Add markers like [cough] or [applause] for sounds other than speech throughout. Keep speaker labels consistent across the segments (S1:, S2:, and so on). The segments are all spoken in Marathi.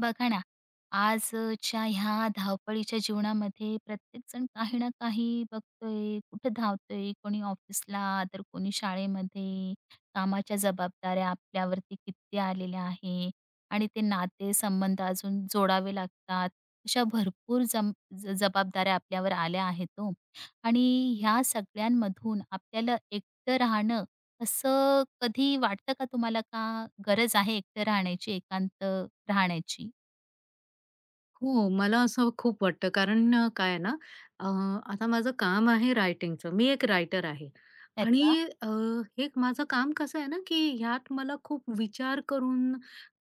S1: बघा ना, आजच्या ह्या धावपळीच्या जीवनामध्ये प्रत्येकजण काही ना काही बघतोय, कुठं धावतोय, कोणी ऑफिसला, तर कोणी शाळेमध्ये. कामाच्या जबाबदाऱ्या आपल्यावरती किती आलेल्या आहे आणि ते नाते-संबंध अजून जोडावे लागतात. अशा भरपूर जम ज जबाबदाऱ्या आपल्यावर आल्या आहेत ओ. आणि ह्या सगळ्यांमधून आपल्याला एकटं राहणं असं कधी वाटतं का तुम्हाला का गरज आहे एकटं राहण्याची, एकांत राहण्याची?
S2: हो, मला असं खूप वाटतं कारण काय आहे ना, अ, आता माझं काम आहे रायटिंगचं. मी एक रायटर आहे
S1: अरे
S2: आणि
S1: वाह!
S2: हे माझं काम कसं आहे ना, की ह्यात मला खूप विचार करून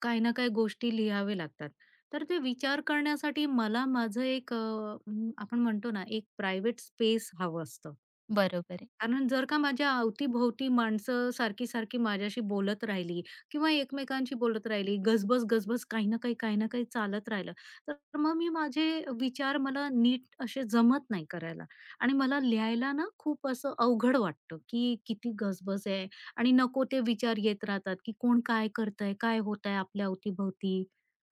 S2: काही ना काही गोष्टी लिहावे लागतात. तर ते विचार करण्यासाठी मला माझं एक आपण म्हणतो ना, एक प्रायव्हेट स्पेस हवं असतं.
S1: बरोबर आहे, हं.
S2: कारण जर का माझ्या अवतीभोवती माणसं सारखी-सारखी माझ्याशी बोलत राहिली किंवा एकमेकांशी बोलत राहिली, गजबज-गजबज काही ना काही, काही ना काही चालत राहिलं, तर मग मी माझे विचार मला नीट असे जमत नाही करायला आणि मला लिहायला ना खूप असं अवघड वाटतं, की किती गजबज आहे आणि नको ते विचार येत राहतात, की कोण काय करतंय? काय होतंय आपल्या अवतीभोवती?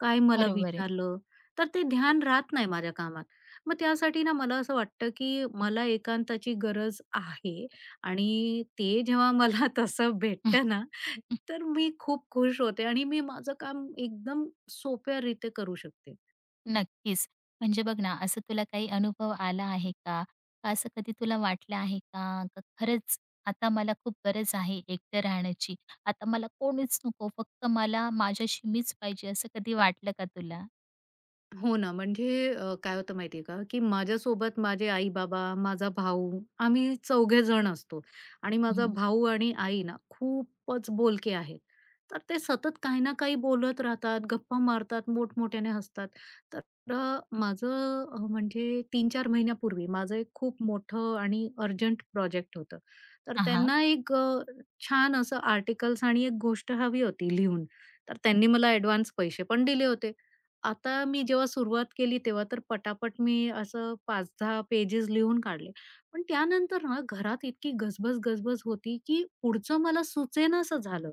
S2: काय मला
S1: बरोबर आहे.
S2: विचारलं? तर ते ध्यान राहत नाही माझ्या कामात. मग त्यासाठी ना मला असं वाटतं, की मला एकांताची गरज आहे आणि ते जेव्हा मला [laughs] तसं भेटतं ना,
S1: [laughs]
S2: तर मी खूप खुश होते आणि मी माझं काम एकदम सोप्या रीते करू शकते.
S1: नक्कीच. म्हणजे बघ ना, असं तुला काही अनुभव आला आहे का? का असं कधी तुला वाटलं आहे का, का खरंच आता मला खूप गरज आहे एकटं राहण्याची. आता मला कोणीच नको, फक्त मला माझ्याशी मीच पाहिजे, असं कधी वाटलं का तुला?
S2: हो ना, म्हणजे काय होतं माहितीये का, की माझ्यासोबत माझे आई-बाबा, माझा भाऊ आम्ही चौघे जण असतो आणि
S1: [laughs]
S2: माझा
S1: हं.
S2: भाऊ आणि आई ना खूपच बोलके आहेत. तर ते सतत काही ना काही बोलत राहतात, गप्पा मारतात, मोठमोठ्याने हसतात. तर माझं म्हणजे 3-4 महिन्यापूर्वी माझं एक खूप मोठं आणि अर्जंट प्रोजेक्ट होतं. तर
S1: हां,
S2: त्यांना एक छान असं आर्टिकल्स आणि एक गोष्ट हवी होती लिहून. तर त्यांनी मला ॲडव्हान्स पैसे पण दिले होते. आता मी जेव्हा सुरुवात केली तेव्हा तर पटापट मी असं 5-10 पेजेस लिहून काढले. पण त्यानंतर ना घरात इतकी गजबज-गजबज होती, की पुढचं मला सुचेनासं झालं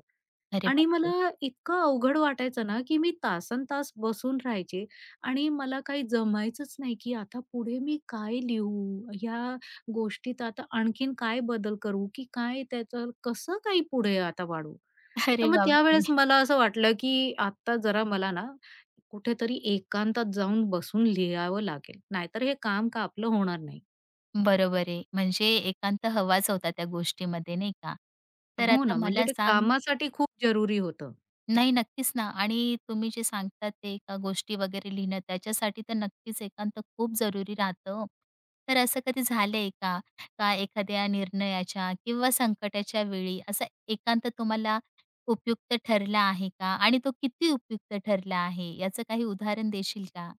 S1: अरे
S2: आणि
S1: बापरे!
S2: मला इतकं अवघड वाटायचं ना, की मी तासंतास बसून राहायचे आणि मला काही जमायचंच नाही, की आता पुढे मी काय लिहू? ह्या गोष्टीत आता आणखीन काय बदल करू? की काय त्याचं कसं काही पुढे आता वाढवू?
S1: [laughs]
S2: तर
S1: अरे
S2: मग
S1: बापरे!
S2: त्यावेळेस मला असं वाटलं, की आता जरा मला ना कुठेतरी एकांतात जाऊन बसून लिहावं लागेल. नाहीतर हे काम का आपलं होणार नाही.
S1: बरोबर आहे. म्हणजे एकांत हवाच होता त्या गोष्टीमध्ये, नाही का? तर
S2: हो ना,
S1: आता
S2: म्हणजे
S1: मला
S2: ते
S1: सांग.
S2: कामासाठी खूप जरुरी होतं.
S1: नाही, नक्कीच ना आणि तुम्ही जे सांगतात ते एका गोष्टी वगैरे लिहिणं, त्याच्यासाठी तर नक्कीच एकांत खूप जरुरी राहतं हो. तर असं कधी झालंय का? का एखाद्या निर्णयाच्या किंवा संकटाच्या वेळी असा एकांत तुम्हाला उपयुक्त ठरला आहे का? आणि तो किती उपयुक्त ठरला आहे? याचं काही उदाहरण देशील का?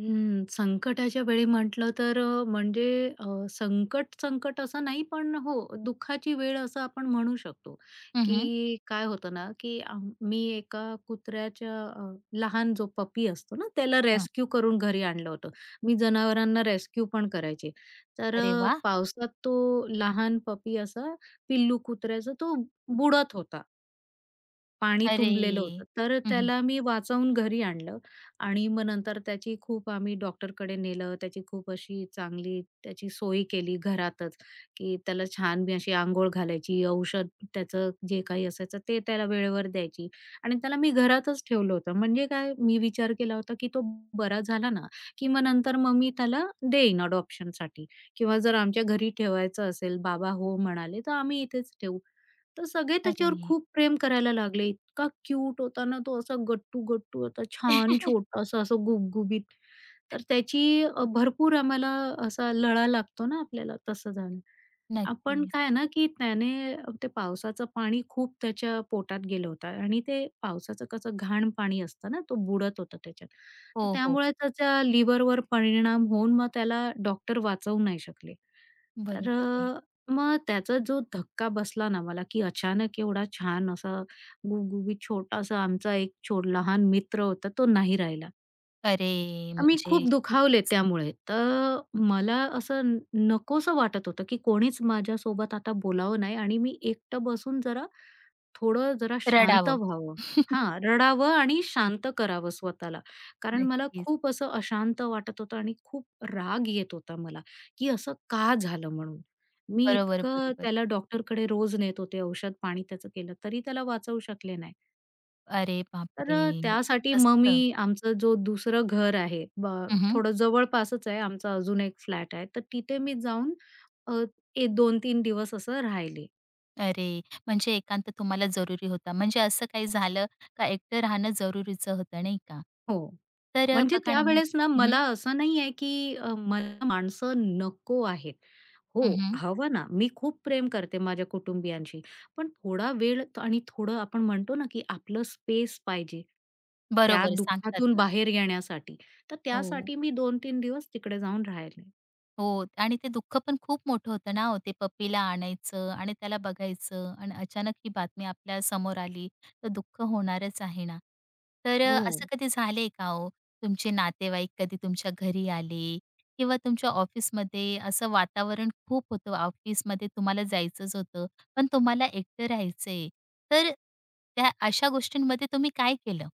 S2: हं, संकटाच्या वेळी म्हटलं तर म्हणजे संकट, संकट असं नाही, पण हो, दुःखाची वेळ असं आपण म्हणू शकतो,
S1: हं, हं.
S2: की काय होतं ना, की मी एका कुत्र्याच्या लहान जो पपी असतो ना, त्याला रेस्क्यू करून घरी आणलं होतं. मी जनावरांना रेस्क्यू पण करायचे. तर
S1: अरे वाह!
S2: पावसात तो लहान पपी असा पिल्लू कुत्र्याचा तो बुडत होता पाणी
S1: अरे!
S2: तुंबलेलं होतं. तर
S1: हं,
S2: त्याला मी वाचवून घरी आणलं आणि मग नंतर त्याची खूप आम्ही डॉक्टरकडे नेलं. त्याची खूप अशी चांगली त्याची सोय केली घरातच, की त्याला छान मी अशी अंघोळ घालायची, औषध त्याचं जे काही असायचं ते त्याला वेळेवर द्यायची आणि त्याला मी घरातच ठेवलं होतं. म्हणजे काय मी विचार केला होता, की तो बरा झाला ना, की मग नंतर मग मी त्याला देईन अडॉप्शनसाठी किंवा जर आमच्या घरी ठेवायचं असेल, बाबा हो म्हणाले, तर आम्ही इथेच ठेवू. तर सगळे
S1: अरे!
S2: त्याच्यावर खूप प्रेम करायला लागले. इतका क्यूट होता ना तो, असा गट्टू-गट्टू होता. छान
S1: [laughs]
S2: छोटासा, असं गुबगुबीत. तर त्याची भरपूर आम्हाला असा लळा लागतो ना आपल्याला, तसं झालं. आपण
S1: नक्कीच.
S2: काय ना, की त्याने ते पावसाचं पाणी खूप त्याच्या पोटात गेलं होतं आणि ते पावसाचं कसं घाण पाणी असतं ना, तो बुडत होता त्याच्यात. तर
S1: हो, हो.
S2: त्यामुळे त्याच्या लिव्हरवर परिणाम होऊन मग त्याला डॉक्टर वाचवू नाही शकले. तर
S1: बरोबर आहे.
S2: मग त्याचा जो धक्का बसला ना मला, की अचानक एवढा छान असा गुबगुबीत छोटासा आमचा एक लहान मित्र होता, तो नाही राहिला.
S1: अरे!
S2: मी
S1: म्हणजे
S2: खूप दुखावले
S1: खूपच.
S2: त्यामुळे. तर मला असं नकोसं वाटत होतं, की कोणीच माझ्यासोबत आता बोलावं नाही आणि मी एकटं बसून जरा थोडं जरा शांत
S1: रडावं.
S2: व्हावं.
S1: [laughs]
S2: हां, रडावं आणि शांत करावं स्वतःला. कारण मला
S1: नक्कीच.
S2: खूप असं अशांत वाटत होतं आणि खूप राग येत होता मला, की असं का झालं म्हणून. मी
S1: बरोबर,
S2: इतकं
S1: बरोबर.
S2: त्याला डॉक्टरकडे रोज नेत होते, औषध पाणी त्याचं केलं, तरी त्याला वाचवू शकले नाही.
S1: अरे
S2: तर
S1: बापरे!
S2: त्यासाठी मग मी
S1: मस्त.
S2: आमचं जो दुसरं घर आहे,
S1: हं,
S2: थोडं जवळपासच आहे, आमचा अजून एक फ्लॅट आहे. तर तिथे मी जाऊन अ, एक 2-3 दिवस असं राहिले.
S1: अरे, म्हणजे एकांत तुम्हाला जरुरी होता. म्हणजे असं काही झालं का एकटं राहणं जरुरीचं होतं, नाही का?
S2: हो.
S1: तर
S2: म्हणजे
S1: बघा ना मग.
S2: त्यावेळेस ना
S1: हं, हं.
S2: मला असं नाही आहे, की मला माणसं नको आहेत. हो,
S1: हं,
S2: हवं ना. मी खूप प्रेम करते माझ्या कुटुंबियांशी. पण थोडा वेळ आणि थोडं आपण म्हणतो ना, की आपलं स्पेस पाहिजे. त्या
S1: बरोबर
S2: दुःखातून
S1: सांगतात ना.
S2: बाहेर येण्यासाठी. तर
S1: हो.
S2: त्यासाठी मी 2-3 दिवस तिकडे जाऊन राहिले.
S1: हो आणि ते दुःख पण खूप मोठं होतं ना हो, ते पप्पीला आणायचं आणि त्याला बघायचं आणि अचानक ही बातमी आपल्या समोर आली तर दुःख होणारच आहे ना. तर
S2: हो.
S1: असं कधी झालंय का हो, तुमचे नातेवाईक कधी तुमच्या घरी आले किंवा तुमच्या ऑफिसमध्ये असं वातावरण खूप होतं, ऑफिसमध्ये तुम्हाला जायचंच होतं, पण तुम्हाला एकटं राहायचंय. तर त्या अशा गोष्टींमध्ये तुम्ही काय केलं?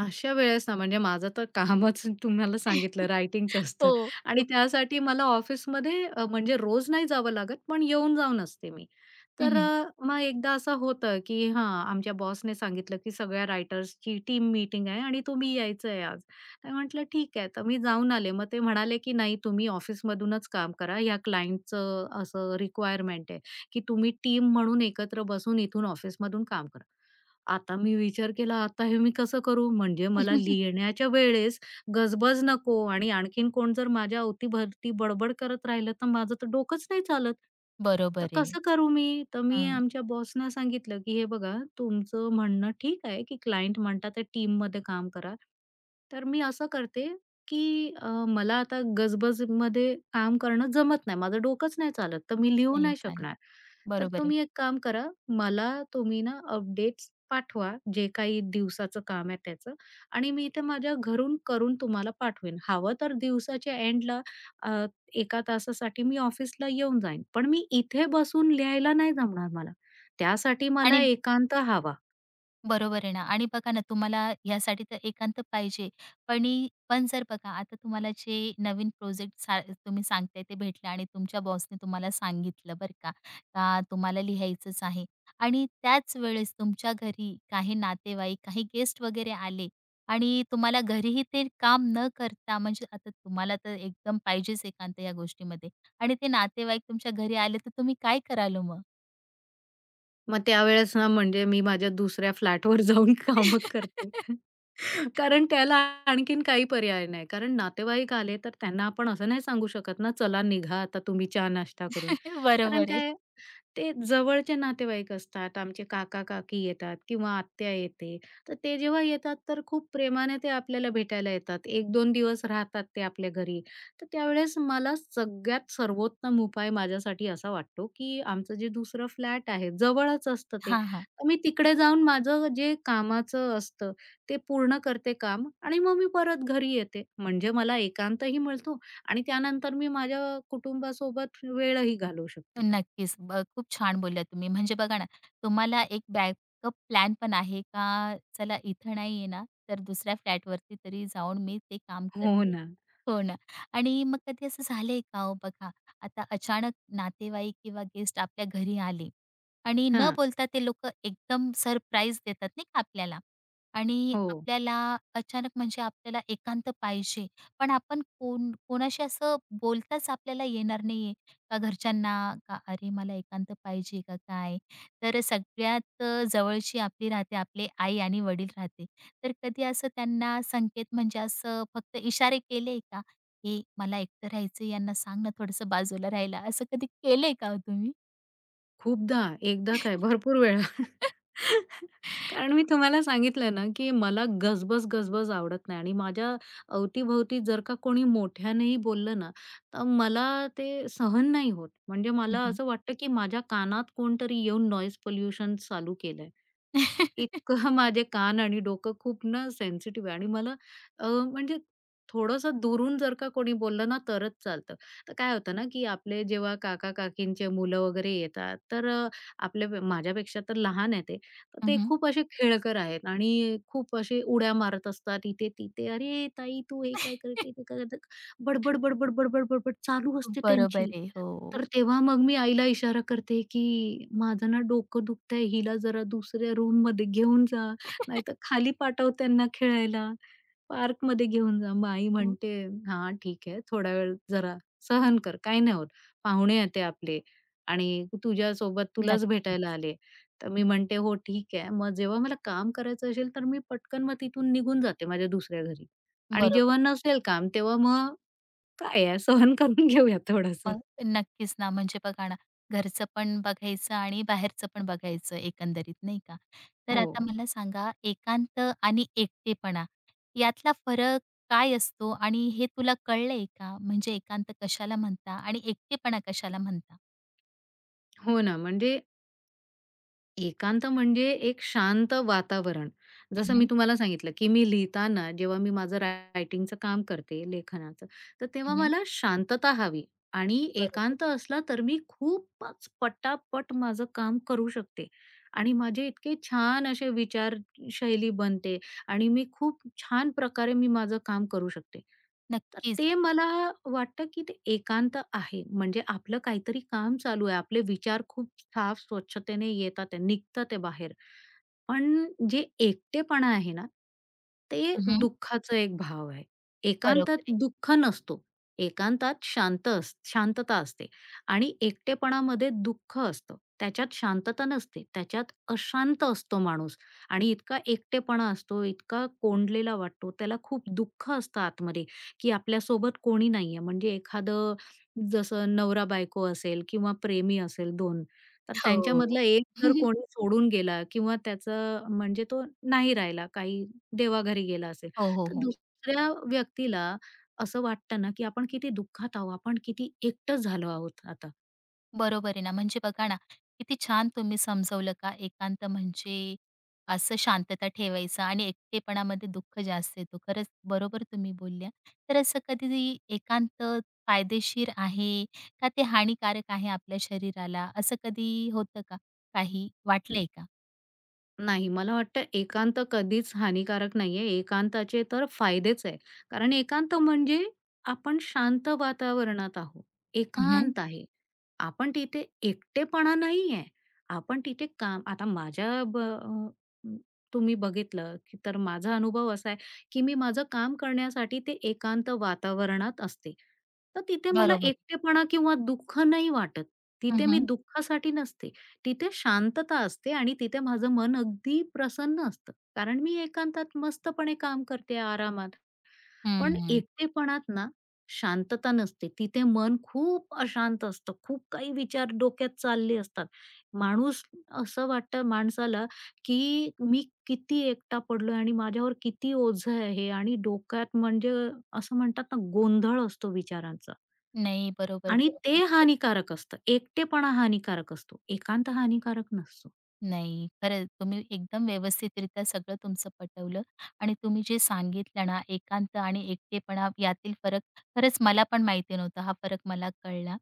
S2: अशा वेळेस ना, म्हणजे माझं तर कामच [laughs] तुम्हाला सांगितलं
S1: [laughs]
S2: रायटिंगचं असतं
S1: हो,
S2: आणि
S1: हो.
S2: त्यासाठी मला ऑफिसमध्ये म्हणजे रोज नाही जावं लागत, पण येऊन-जाऊन असते मी. तर
S1: हं,
S2: मग एकदा असं होतं, की हां, आमच्या बॉसने सांगितलं, की सगळ्या रायटर्सची टीम मीटिंग आहे आणि तुम्ही यायचं आहे आज. तर म्हटलं ठीक आहे. तर मी जाऊन आले. मग ते म्हणाले, की "नाही, तुम्ही ऑफिसमधूनच काम करा. ह्या क्लायंटचं असं रिक्वायरमेंट आहे, की तुम्ही टीम म्हणून एकत्र बसून इथून ऑफिसमधून काम करा." आता मी विचार केला, आता हे मी कसं करू? म्हणजे मला
S1: [laughs]
S2: लिहिण्याच्या वेळेस गजबज नको आणि आणखीन कोण जर माझ्या अवतीभवती बडबड करत राहिलं, तर माझं तर डोकंच नाही चालत. तर
S1: बरोबर आहे.
S2: कसं करू मी? तर मी
S1: हं,
S2: आमच्या बॉसना सांगितलं, की "हे बघा, तुमचं म्हणणं ठीक आहे, की क्लायंट म्हणतात ते टीम टीममध्ये काम करा. तर मी असं करते, की मला आता गजबजमध्ये काम करणं जमत नाही. माझं डोकंच नाही चालत, तर मी लिहू
S1: नाही
S2: नाही
S1: चालत.
S2: शकणार. तर
S1: बरोबर आहे.
S2: तुम्ही एक काम करा, मला तुम्ही ना अपडेट्स पाठवा, जे काही दिवसाचं काम आहे त्याचं. आणि मी ते माझ्या घरून करून तुम्हाला पाठवेन. हवं तर दिवसाच्या एंडला अ, 1 तासासाठी मी ऑफिसला येऊन जाईन. पण मी इथे बसून लिहायला नाही जमणार मला. त्यासाठी
S1: आणि
S2: मला एकांत हवा.
S1: बरोबर आहे ना आणि बघा ना तुम्हाला यासाठी तर एकांत पाहिजे. पण ही पण जर बघा आता तुम्हाला जे नवीन प्रोजेक्ट तुम्ही सांगताय ते भेटलं आणि तुमच्या बॉसने तुम्हाला सांगितलं बरं का, का तुम्हाला लिहायचंच आहे आणि त्याच वेळेस तुमच्या घरी काही नातेवाईक, काही गेस्ट वगैरे आले आणि तुम्हाला घरीही ते काम न करता म्हणजे आता तुम्हाला तर एकदम पाहिजेच एकांत या गोष्टीमध्ये आणि ते नातेवाईक तुमच्या घरी आले तर तुम्ही काय कराल मग?
S2: मग त्यावेळेस ना, म्हणजे मी माझ्या दुसऱ्या फ्लॅटवर जाऊन [laughs] कामं करते.
S1: [laughs]
S2: कारण त्याला आणखीन काही पर्याय नाही. कारण नातेवाईक आले, तर त्यांना आपण असं नाही सांगू शकत ना, "चला निघा आता तुम्ही चहा-नाश्ता करून." कारण
S1: बरोबर आहे.
S2: काय ते जवळचे नातेवाईक असतात. आमचे काका-काकी येतात किंवा आत्या येते. तर ते जेव्हा येतात, तर खूप प्रेमाने ते आपल्याला भेटायला येतात. 1-2 दिवस राहतात ते आपल्या घरी. तर त्यावेळेस मला सगळ्यात सर्वोत्तम उपाय माझ्यासाठी असा वाटतो, की आमचं जे दुसरं फ्लॅट आहे, जवळच असतं ते.
S1: हां, हां.
S2: तर मी तिकडे जाऊन माझं जे कामाचं असतं, ते पूर्ण करते काम आणि मग मी परत घरी येते. म्हणजे मला एकांतही मिळतो आणि त्यानंतर मी माझ्या कुटुंबासोबत वेळही घालवू शकते.
S1: नक्कीच. खूप छान बोलल्या तुम्ही. म्हणजे बघा ना, तुम्हाला एक बॅकअप प्लॅन पण आहे का चला इथं नाही आहे ना, तर दुसऱ्या फ्लॅटवरती तरी जाऊन मी ते काम
S2: हो
S1: करते.
S2: ना.
S1: हो ना. आणि मग कधी असं झालंय का हो बघा, आता अचानक नातेवाईक किंवा गेस्ट आपल्या घरी आले आणि न
S2: हां.
S1: बोलता ते लोकं एकदम सरप्राईज देतात नाही का आपल्याला आणि
S2: हो.
S1: आपल्याला अचानक म्हणजे आपल्याला एकांत पाहिजे. पण आपण कोण कोणाशी असं बोलताच आपल्याला येणार नाहीये. का घरच्यांना का "अरे, मला एकांत पाहिजे का काय?" तर सगळ्यात जवळची आपली राहते, आपले आई आणि वडील राहते. तर कधी असं त्यांना संकेत म्हणजे असं फक्त इशारे केले का? "हे मला एकटं राहायचं आहे, यांना सांग ना थोडंसं बाजूला राहायला." असं कधी केलंय का हो तुम्ही?
S2: खूपदा, एकदा काय भरपूर वेळा.
S1: [laughs]
S2: [laughs] कारण मी तुम्हाला सांगितलं ना, की मला गजबज-गजबज आवडत नाही आणि माझ्या अवती-भोवती जर का कोणी मोठ्यानेही बोललं ना, तर मला ते सहन नाही होत. म्हणजे
S1: हं,
S2: मला
S1: हं.
S2: असं वाटतं, की माझ्या कानात कोणतरी येऊन नॉईज पोल्युशन चालू केलंय.
S1: [laughs]
S2: इतकं माझे कान आणि डोकं खूप ना सेन्सिटिव्ह आहे आणि मला म्हणजे थोडंसं दुरून जर का कोणी बोललं ना तरच चालतं. तर काय होतं ना, की आपले जेव्हा काका-काकींचे मुलं वगैरे येतात, तर आपले माझ्यापेक्षा तर लहान आहे ते. तर ते खूप असे खेळकर आहेत आणि खूप असे उड्या मारत असतात इथे-तिथे. "अरे ताई, तू हे काय करते? ते काय करते?" बडबड, बडबड, बडबड, बडबड चालू असते
S1: बरोबर
S2: त्यांची.
S1: आहे. हो.
S2: तर तेव्हा मग मी आईला इशारा करते, की "माझं ना डोकं दुखतंय, हिला जरा दुसऱ्या रूममध्ये घेऊन जा, नाहीतर खाली पाठव त्यांना खेळायला, पार्कमध्ये घेऊन जा." मग आई
S1: हं.
S2: म्हणते, "हां, ठीक आहे, थोडा वेळ जरा सहन कर, काही नाही होत. पाहुणे येते आपले आणि तुझ्यासोबत तुलाच भेटायला
S1: नक्कीच.
S2: आले." तर मी म्हणते, "हो, ठीक आहे." मग जेव्हा मला काम करायचं असेल, तर मी पटकन मग तिथून निघून जाते माझ्या दुसऱ्या घरी आणि
S1: बरोबर
S2: जेव्हा
S1: आहे.
S2: नसेल काम, तेव्हा मग काय आहे, सहन करून [laughs] घेऊया थोडंसं.
S1: मग नक्कीच ना, म्हणजे बघा ना, घरचं पण बघायचं आणि बाहेरचं पण बघायचं एकंदरीत नाही का? तर
S2: हो.
S1: आता मला सांगा एकांत आणि एकटेपणा यातला फरक काय असतो आणि हे तुला कळलंय का? म्हणजे एकांत कशाला म्हणता आणि एकटेपणा कशाला म्हणता?
S2: हो ना, म्हणजे एकांत म्हणजे एक शांत वातावरण.
S1: हं,
S2: जसं मी
S1: हं.
S2: तुम्हाला सांगितलं, की मी लिहिताना जेव्हा मी माझं रायटिंगचं काम करते, लेखनाचं, तर तेव्हा मला शांतता हवी आणि
S1: बरोबर
S2: एकांत
S1: आहे.
S2: असला तर मी खूपच पटापट माझं काम करू शकते आणि माझे इतके छान असे विचारशैली बनते आणि मी खूप छान प्रकारे मी माझं काम करू शकते. तर
S1: नक्कीच.
S2: ते मला वाटतं, की ते एकांत आहे. म्हणजे आपलं काहीतरी काम चालू आहे. आपले विचार खूप साफ स्वच्छतेने येतात आहे, निघतात आहे बाहेर. पण जे एकटेपणा आहे ना, ते हं.
S1: हं,
S2: दुःखाचा एक भाव आहे. एकांतात
S1: बरोबर आहे.
S2: दुःख नसतो. एकांतात शांत शांतता असते आणि एकटेपणामध्ये दुःख असतं. त्याच्यात शांतता नसते. त्याच्यात अशांत असतो माणूस आणि इतका एकटेपणा असतो, इतका कोंडलेला वाटतो. त्याला खूप दुःख असतं आतमध्ये, की आपल्यासोबत कोणी नाहीये. म्हणजे एखादं जसं नवरा-बायको असेल किंवा प्रेमी असेल 2 तर
S1: हो.
S2: त्यांच्यामधला एक जर कोणी
S1: [laughs]
S2: सोडून गेला किंवा त्याचं म्हणजे तो नाही राहिला, काही देवाघरी गेला असेल,
S1: हो, हो,
S2: तर
S1: हो.
S2: दुसऱ्या व्यक्तीला असं वाटतं ना, की आपण किती दुःखात आहोत, आपण किती एकटं झालो आहोत आता.
S1: बरोबर आहे ना. म्हणजे बघा ना, किती छान तुम्ही समजवलं का एकांत म्हणजे असं शांतता ठेवायचं आणि एकटेपणामध्ये दुःख जास्त येतो. खरंच बरोबर तुम्ही बोलल्या. तर असं कधी एकांत फायदेशीर आहे का ते हानिकारक आहे आपल्या शरीराला? असं कधी होतं का? काही
S2: न
S1: वाटलंय का?
S2: नाही, मला वाटतं एकांत कधीच हानिकारक नाहीये. एकांताचे तर फायदेच आहे. कारण एकांत म्हणजे आपण शांत वातावरणात आहोत,
S1: हं,
S2: एकांत आहे. आपण तिथे एकटेपणा नाहीये. आपण तिथे काम आता माझ्या म, तुम्ही बघितलं, की तर माझा अनुभव असा आहे, की मी माझं काम करण्यासाठी ते एकांत वातावरणात असते. तर तिथे मला
S1: बरोबर.
S2: एकटेपणा किंवा दुःख नाही वाटत.
S1: हं,
S2: तिथे मी
S1: हं.
S2: दुःखासाठी नसते. तिथे शांतता असते आणि तिथे माझं मन अगदी प्रसन्न असतं. कारण मी एकांतात मस्तपणे काम करते आरामात. पण एकटेपणात ना, शांतता नसते. तिथे मन खूप अशांत असतं. खूप काही विचार डोक्यात चालले असतात. माणूस असं वाटतं माणसाला, की मी किती एकटा पडलोय आणि माझ्यावर किती ओझं आहे आणि डोक्यात म्हणजे असं म्हणतात ना, गोंधळ असतो विचारांचा
S1: नाही बरोबर,
S2: आणि ते
S1: बरोबरच.
S2: हानिकारक असतं. एकटेपणा हानिकारक असतो. एकांत हानिकारक नसतो.
S1: नाही, खरंच तुम्ही एकदम व्यवस्थितरित्या सगळं तुमचं पटवलं आणि तुम्ही जे सांगितलं ना, एकांत आणि एकटेपणा यातील फरक खरंच मला पण माहिती नव्हता. हा फरक मला कळला.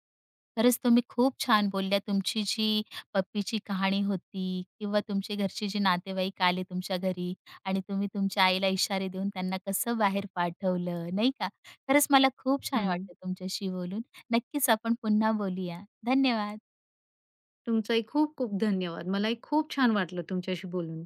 S1: खरंच तुम्ही खूप छान बोलल्या. तुमची जी पप्पीची कहाणी होती किंवा तुमचे घरचे जे नातेवाईक आले तुमच्या घरी आणि तुम्ही तुमच्या आईला इशारे देऊन त्यांना कसं बाहेर पाठवलं, नाही का? खरंच मला खूप छान
S2: हं.
S1: वाटलं तुमच्याशी बोलून. नक्कीच आपण पुन्हा बोलूया. धन्यवाद.
S2: तुमचाही खूप खूप धन्यवाद. मलाही खूप छान वाटलं तुमच्याशी बोलून.